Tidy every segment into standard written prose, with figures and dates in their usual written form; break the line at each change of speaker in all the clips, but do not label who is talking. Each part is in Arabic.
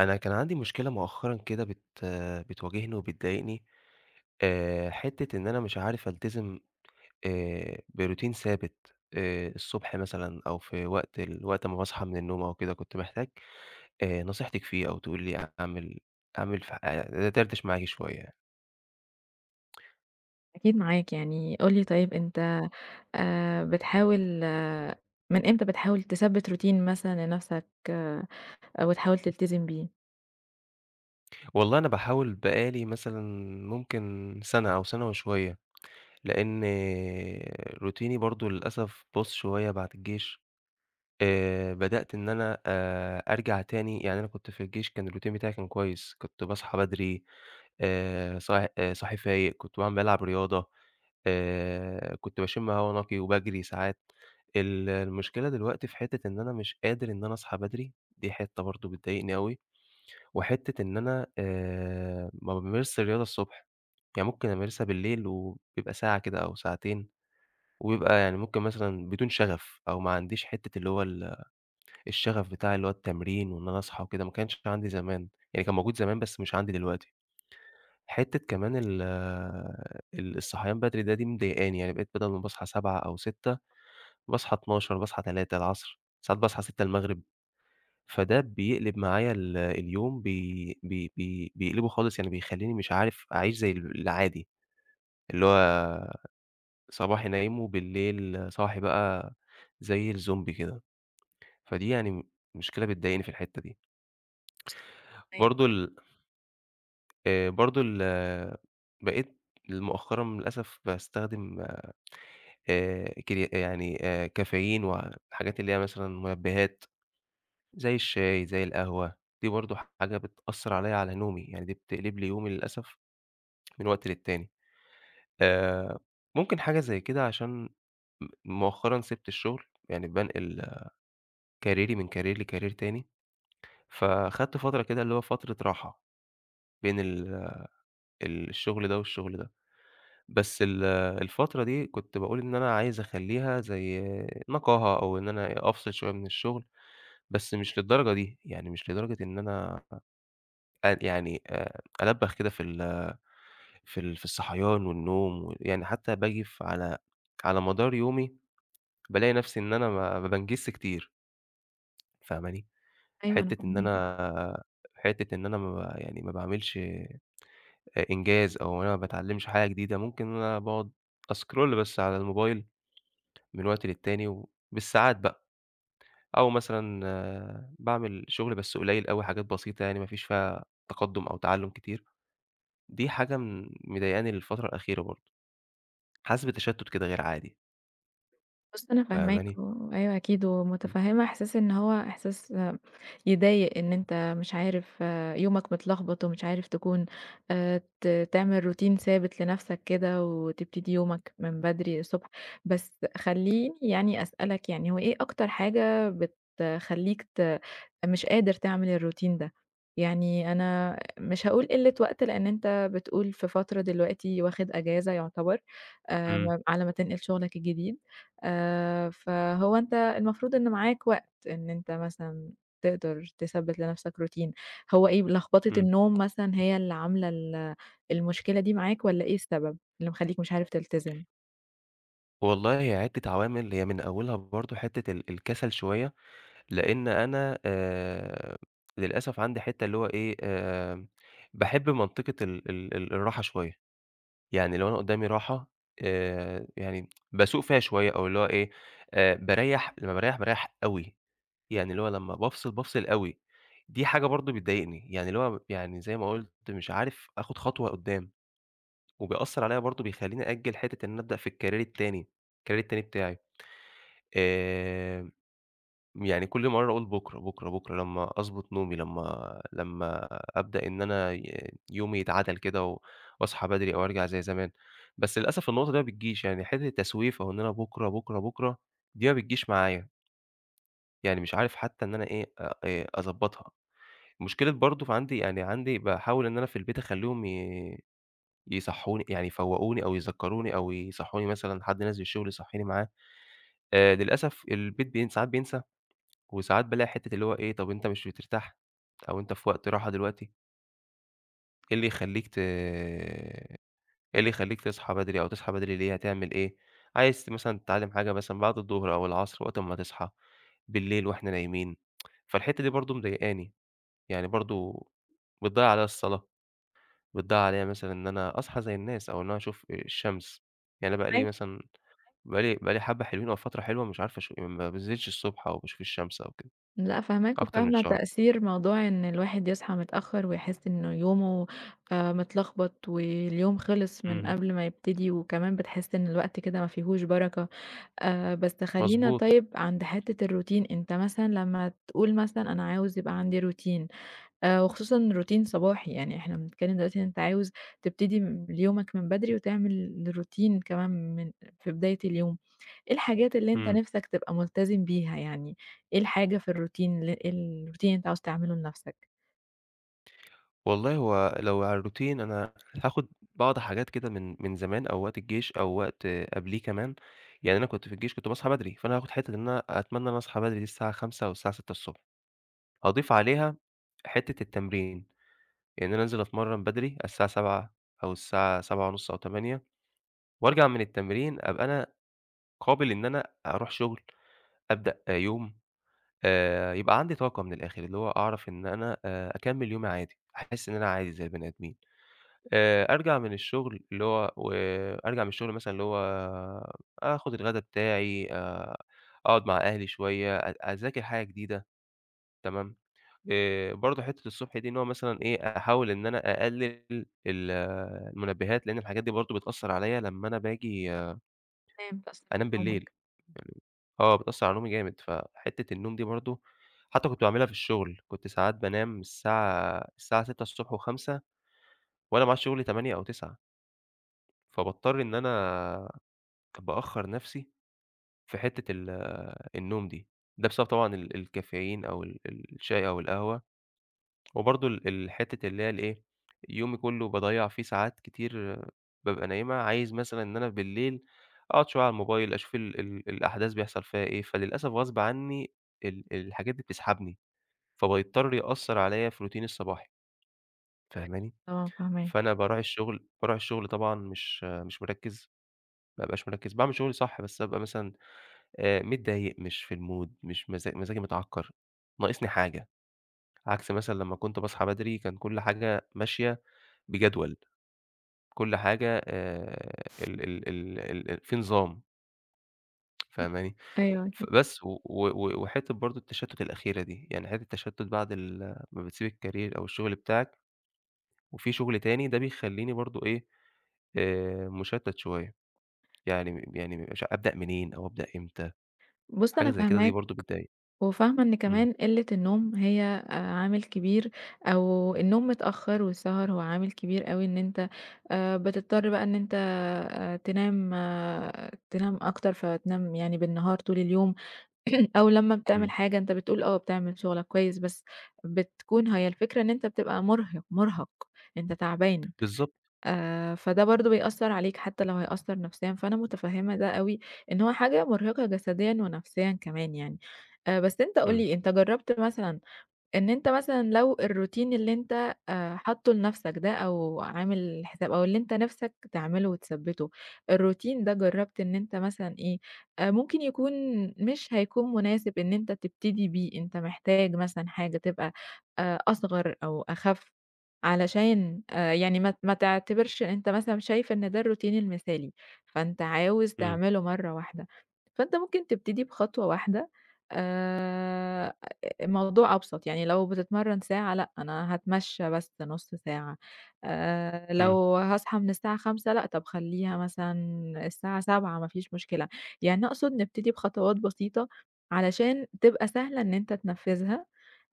أنا كان عندي مشكلة مؤخرًا كده بتواجهني وبتضايقني، حتّة إن أنا مش عارف ألتزم بroutine ثابت، الصبح مثلًا أو في وقت ما باصحى من النوم أو كده، كنت محتاج نصيحتك فيه أو تقولي لي أعمل أعمل ف أدردش معاكِ شوية يعني.
أكيد معاك، يعني قُل لي طيب أنت بتحاول من إمتى بتحاول تثبّت روتين مثلًا لنَفْسك وتحاول تلتزم بيه؟
والله أنا باحاول بقى لي مثلًا ممكن سَنة أو سَنة وشوية، لإن روتيني برضه للأسف باظ شوية بعد الجيش. بدأت إن أنا أرجع تاني، يعني أنا كنت في الجيش كان الroutine بتاعي كان كويس، كنت باصحى بدري صاحي فايق، كنت بالعب رياضة، كنت باشم هوا نقي وباجري ساعات. المشكلة دلوقتي في حتّة إن أنا مش قادر إن أنا أصحى بدري، دي حتّة برضه بتضايقني أوي، وحتّة إن أنا ما بامارسش الرياضة الصبح، يعني ممكن أمارسها بالليل وبيبقى ساعة كده أو ساعتين، وبيبقى يعني ممكن مثلًا بدون شغف أو ما عنديش حتّة اللي هو الشغف بتاع اللي هو التمرين وإن أنا أصحى وكده، ما كانش عندي زمان، يعني كان موجود زمان بس مش عندي دلوقتي. حتّة كمان ال ال الصحيان بدري دي مضايقاني، يعني بقيت بدل ما باصحى 07:00 أو 06:00 باصحى 12:00 باصحى 15:00 ساعات باصحى 18:00 فده بيقلب معايا اليوم بي بي بي بيقلبه خالص، يعني بيخلّيني مش عارف أعيش زي العادي، اللي هو صباحي نايم وبالليل صاحي بقى زي الزومبي كده، فدي يعني مشكلة بتضايقني في الحتّة دي. برضه
فاهماك.
ال برضه ال بقيت مؤخرًا للأسف باستخدم كري يعني كافيين والحاجات اللي هي مثلًا منبهات زي الشاي، زي القهوة، دي برضه حاجة بتأثّر عليّا على نومي، يعني دي بتقلب لي يومي للأسف من وقت للتاني. آآ ممكن حاجة زي كده عشان مؤخرًا سِبت الشغل، يعني بانقل كاريري من كارير لكارير تاني، فخدت فترة كده اللي هو فترة راحة بين الشغل ده والشغل ده. بس الفترة دي كنت باقول إن أنا عايز أخلّيها زي نقاهة أو إن أنا أفصل شوية من الشغل، بس مش للدرجة دي، يعني مش لدرجة إن أنا يعني ألبّخ كده في الصحيان والنوم و يعني حتى باجي على مدار يومي بالاقي نفسي إن أنا ما بانجزش كتير، فاهماني؟
أيوه أنا
حتّة إن
فاهماك.
أنا حتّة إن أنا ما ب- يعني ما باعملش إنجاز أو أنا ما باتعلّمش حاجة جديدة، ممكن إن أنا باقعد أscroll بس على الموبايل من وقت للتاني وبالساعات بقى، أو مثلًا باعمل شغل بس قليل أوي حاجات بسيطة يعني ما فيش فيها تقدُّم أو تعلُّم كتير، دي حاجة مضايقاني الفترة الأخيرة برضه، حاسس بتشتُّت كده غير عادي،
بُص أنا فاهماك،
فاهماني؟
وأيوه أكيد،
إمم.
ومتفهمة إحساس إن هو إحساس يضايق إن أنت مش عارف يومك متلخبط، ومش عارف تكون ت تعمل روتين ثابت لنفسك كده، وتبتدي يومك من بدري الصبح، بس خلّيني يعني أسألك يعني هو إيه أكتر حاجة بتخلّيك ت مش قادر تعمل الروتين ده؟ يعني أنا مش هاقول قلة وقت، لأن أنت بتقول في فترة دلوقتي واخد أجازة يعتبر
إمم،
على ما تنقل شغلك الجديد. فهو أنت المفروض إن معاك وقت إن أنت مثلًا تقدر تثبّت لنَفْسك روتين، هو إيه لخبطة
إمم.
النوم مثلًا هي اللي عاملة المشكلة دي معاك والّا إيه السبب اللي مخلّيك مش عارف تلتزم؟
والله هي عدة عوامل، هي من أولها برضه حتّة الكسل شوية، لإن أنا للأسف عندي حتّة اللي هو إيه، باحب منطقة ال ال ال الراحة شوية، يعني لو أنا قدّامي راحة يعني باسوق فيها شوية أو اللي هو إيه، باريّح لمّا باريّح أوي، يعني اللي هو لمّا بافصل أوي، دي حاجة برضه بتضايقني، يعني اللي هو يعني زي ما قُلت مش عارف آخُد خطوة قدّام، وبيأثّر عليّا برضه بيخلّيني أأجّل حتّة إن أنا أبدأ في الcareer التاني بتاعي. آآ، يعني كل مرّة أقول بُكرة، بُكرة، بُكرة لمّا أضبط نومي، لمّا أبدأ إن أنا يومي يتعدل كده وأصحى بدري أو أرجع زي زمان، بس للأسف النقطة دي ما بتجيش، يعني حتّة التسويف أو إن أنا بُكرة، بُكرة، بُكرة دي ما بتجيش معايا، يعني مش عارف حتّى إن أنا إيه أ أضبّطها. مشكلة برضه في عندي يعني عندي باحاول إن أنا في البيت أخلّيهم يصحّوني يعني يفوّقوني أو يذكّروني أو يصحّوني مثلًا حد نازل الشغل يصحّيني معاه، للأسف البيت بين ساعات بينسى وساعات بالاقي حتّة اللي هو إيه، طَب أنت مش بترتاح؟ أو أنت في وقت راحة دلوقتي؟ إيه اللي يخلّيك تصحى بدري ليه، هتعمل إيه؟ عايز مثلًا تتعلّم حاجة مثلًا بعد الضهر أو العصر وقت أمّا تصحى، بالليل وإحنا نايمين، فالحتّة دي برضه مضايقاني، يعني برضه بتضيّع عليّا الصلاة، بتضيّع عليّا مثلًا إن أنا أصحى زي الناس أو إن أنا أشوف الشمس، يعني أنا بقى لي
فاهماك.
مثلًا بقى لي بقى لي حبّة حلوين أو فترة حلوة مش عارف ما بانزلش الصبح أو باشوف الشمس أو كده،
لأ فاهماك
أكتر من
وفاهمة
شهر.
تأثير موضوع إن الواحد يصحى متأخّر ويحس إنه يومه متلخبط واليوم خلص من
إمم،
قبل ما يبتدي وكمان بتحس إن الوقت كده ما فيهوش بركة. بس خلّينا
مضبوط.
طيب عند حتّة الروتين، أنت مثلًا لمّا تقول مثلًا أنا عاوز يبقى عندي روتين، وخصوصًا روتين صباحي، يعني إحنا بنتكلّم دلوقتي إن أنت عاوز تبتدي يومك من بدري وتعمل روتين كمان من في بداية اليوم، إيه الحاجات اللي أنت
إمم.
نِفْسك تبقى ملتزم بيها يعني، إيه الحاجة في الروتين الروتين اللي أنت عاوز تعمله لنَفْسك؟
والله هو لو على الروتين أنا هاخد بعض حاجات كده من زمان أو وقت الجيش أو وقت قبليه كمان، يعني أنا كنت في الجيش كنت باصحى بدري، فأنا هاخد حتّة إن أنا أتمنى إن أنا أصحى بدري دي الساعة 05:00 أو الساعة 06:00 هاضيف عليها حتّة التمرين، يعني إن أنا أنزل أتمرّن بدري على الساعة 07:00 أو الساعة 07:30 أو 08:00 وأرجع من التمرين أبقى أنا قابل إن أنا أروح شغل، أبدأ يوم، يبقى عندي طاقة من الآخر، اللي هو أعرف إن أنا أكمّل يومي عادي، أحس إن أنا عادي زي البني آدمين. أرجع من الشغل اللي هو وأرجع من الشغل مثلًا اللي هو آخُد الغدا بتاعي، أقعد مع أهلي شوية، أذاكر حاجة جديدة تمام، برضه حتّة الصبح دي إن هو مثلًا إيه، أحاول إن أنا أقلِّل ال المنبهات، لإن الحاجات دي برضه بتأثّر عليّا لمّا أنا باجي
إزاي بتأثّر على
أنام بالليل،
نومك
يعني بتأثّر على نومي جامد، فحتّة النوم دي برضه حتّى كنت باعملها في الشغل، كنت ساعات بانام الساعة 6:00 ص و5:00 وأنا ميعاد شغلي 08:00 أو 09:00 فباضطر إن أنا بأخّر نَفْسي في حتّة النوم دي، ده بسبب طبعًا الكافيين أو ال ال الشاي أو القهوة، وبرضه الحتّة اللي هي الإيه، يومي كُلّه باضيّع فيه ساعات كتير بابقى نايمها، عايز مثلًا إن أنا بالليل أقعد شوية على الموبايل، أشوف ال ال الأحداث بيحصل فيها إيه، فللأسف غصب عنّي الحاجات دي بتسحبني، فبيضطر يأثّر عليّا في روتيني الصباحي،
دلوقتي؟
فاهماني؟
آه، فاهماك،
فأنا باروح الشغل طبعًا مش مركِّز، ما أبقاش مركِّز، باعمل شغلي صح، بس أبقى مثلًا متضايق، مش في المود، مش مزا مزاجي متعكّر، ناقصني حاجة، عكس مثلًا لمّا كنت باصحى بدري كان كل حاجة ماشية بجدول، كل حاجة ال ال ال ال ال في نظام فاهماني؟
أيوه أكيد.
فبس و و و وحتّة برضه التشتُّت الأخيرة دي، يعني حتّة التشتُّت بعد ما بتسيب الcareer أو الشغل بتاعك وفي شغل تاني ده بيخلّيني برضه إيه، مُشتَّت شوية، يعني يعني مش عارف أبدأ منين أو أبدأ إمتى،
بُص
حاجة
أنا
زي كده دي
فاهماك
برضه بتضايق.
وفاهمة إن
إمم،
كمان قِلّة النوم هي عامل كبير أو النوم متأخّر والسهر هو عامل كبير أوي إن أنت بتضطر بقى إن أنت تنام آه، تنام أكتر، فتنام يعني بالنهار طول اليوم أو لمّا بتعمل
إمم،
حاجة أنت بتقول آه بتعمل شُغلك كويس، بس بتكون هي الفكرة إن أنت بتبقى مُرهِق، مُرهَق، أنت تعبان.
بالضبط،
فده برضه بيأثّر عليك حتى لو هيأثّر نفسيًا، فأنا متفهّمة ده أوي، إن هو حاجة مرهقة جسديًا ونفسيًا كمان يعني. بس أنت قُل
إمم،
لي أنت جرّبت مثلًا إن أنت مثلًا لو الروتين اللي أنت حاطّه لنَفْسك ده أو عامل حساب أو اللي أنت نِفْسك تعمله وتثبّته، الروتين ده جرّبت إن أنت مثلًا إيه، ممكن يكون مش هيكون مناسب إن أنت تبتدي بيه، أنت محتاج مثلًا حاجة تبقى أصغر أو أخَف علشان يعني ما تعتبرش إن أنت مثلًا شايف إن ده الروتين المثالي، فأنت عاوز
إمم.
تعمله مرّة واحدة، فأنت ممكن تبتدي بخطوة واحدة آآ الموضوع أبسط، يعني لو بتتمرّن ساعة لأ، أنا هاتمشّى بس نُص ساعة،
إمم،
لو هاصحى من الساعة 5:00 لأ، طَب خلّيها مثلًا الساعة 7:00 ما فيش مشكلة، يعني أقصد نبتدي بخطوات بسيطة علشان تبقى سهلة إن أنت تنفّذها،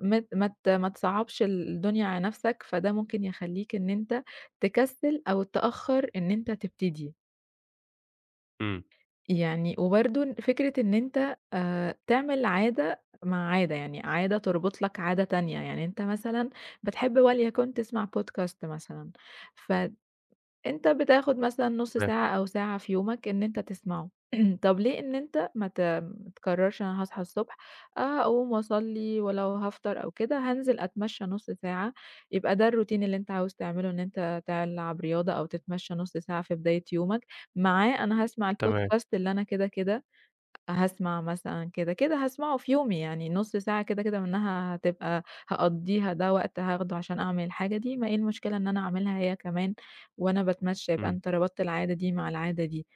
ما تصعّبش الدنيا على نَفْسك، فده ممكن يخلّيك إن أنت تكسّل أو تأخّر إن أنت تبتدي.
إمم،
يعني وبرضه فكرة إن أنت تعمل عادة مع عادة، يعني عادة تربط لك عادة تانية، يعني أنت مثلًا بتحب وليكن تسمع podcast مثلًا، ف أنت بتاخد مثلًا نُص
تمام،
ساعة أو ساعة في يومك إن أنت تسمعه. طب ليه إن أنت ما تقررش أنا هاصحى الصبح هاقوم وأصلّي ولو هافطر أو كده، هانزل أتمشى نُص ساعة، يبقى ده الروتين اللي أنت عاوز تعمله إن أنت تلعب رياضة أو تتمشى نُص ساعة في بداية يومك، معاه أنا هاسمع
تمام،
الpodcast اللي أنا كده، كده هاسمع مثلًا كده، كده هاسمعه في يومي يعني نُص ساعة كده، كده منها هتبقى هاقضّيها، ده وقت هاخده عشان أعمل الحاجة دي، ما إيه المشكلة إن أنا أعملها هي كمان وأنا باتمشى، يبقى
إمم.
أنت ربطت العادة دي مع العادة دي،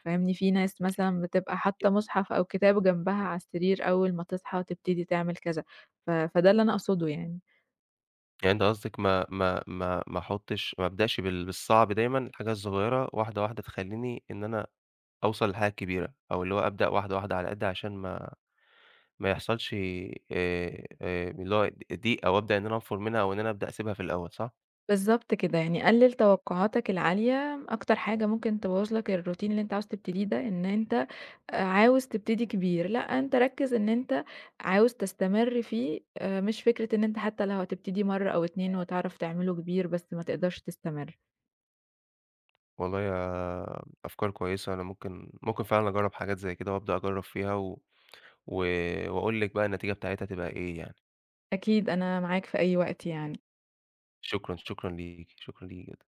فاهمني؟ في ناس مثلًا بتبقى
ي
حاطة مصحف أو كتاب جنبها على السرير أول ما تصحى تبتدي تعمل كذا، فده اللي أنا أقصده يعني.
يعني أنت قصدِك ما احطش ما ابدأش بالصعب دايمًا، الحاجة الصغيرة واحدة، واحدة تخلّيني إن أنا أوصل للحاجة الكبيرة، أو اللي هو أبدأ واحدة، واحدة على قد عشان ما يحصلش اللي هو ضيق أو أبدأ إن أنا أنفُر منها أو إن أنا أبدأ أسيبها في الأول صح؟
بالضبط كده، يعني قلِّل توقعاتك العالية، أكتر حاجة ممكن تبوّظ لك الroutine اللي أنت عاوز تبتديه ده، إن أنت عاوز تبتدي كبير، لأ أنت ركِّز إن أنت عاوز تستمر فيه، مش فكرة إن أنت حتى لو هتبتدي مرّة أو 2 وتعرف تعمله كبير، بس ما تقدرش تستمر.
والله يا أفكار كويسة أنا ممكن فعلًا أجرّب حاجات زي كده وأبدأ أجرّب فيها و و وأقول لِك بقى النتيجة بتاعتها تبقى إيه يعني.
أكيد أنا معاك في أي وقت يعني.
شكرًا، شكرًا ليكِ، شكرًا ليكِ جدًا.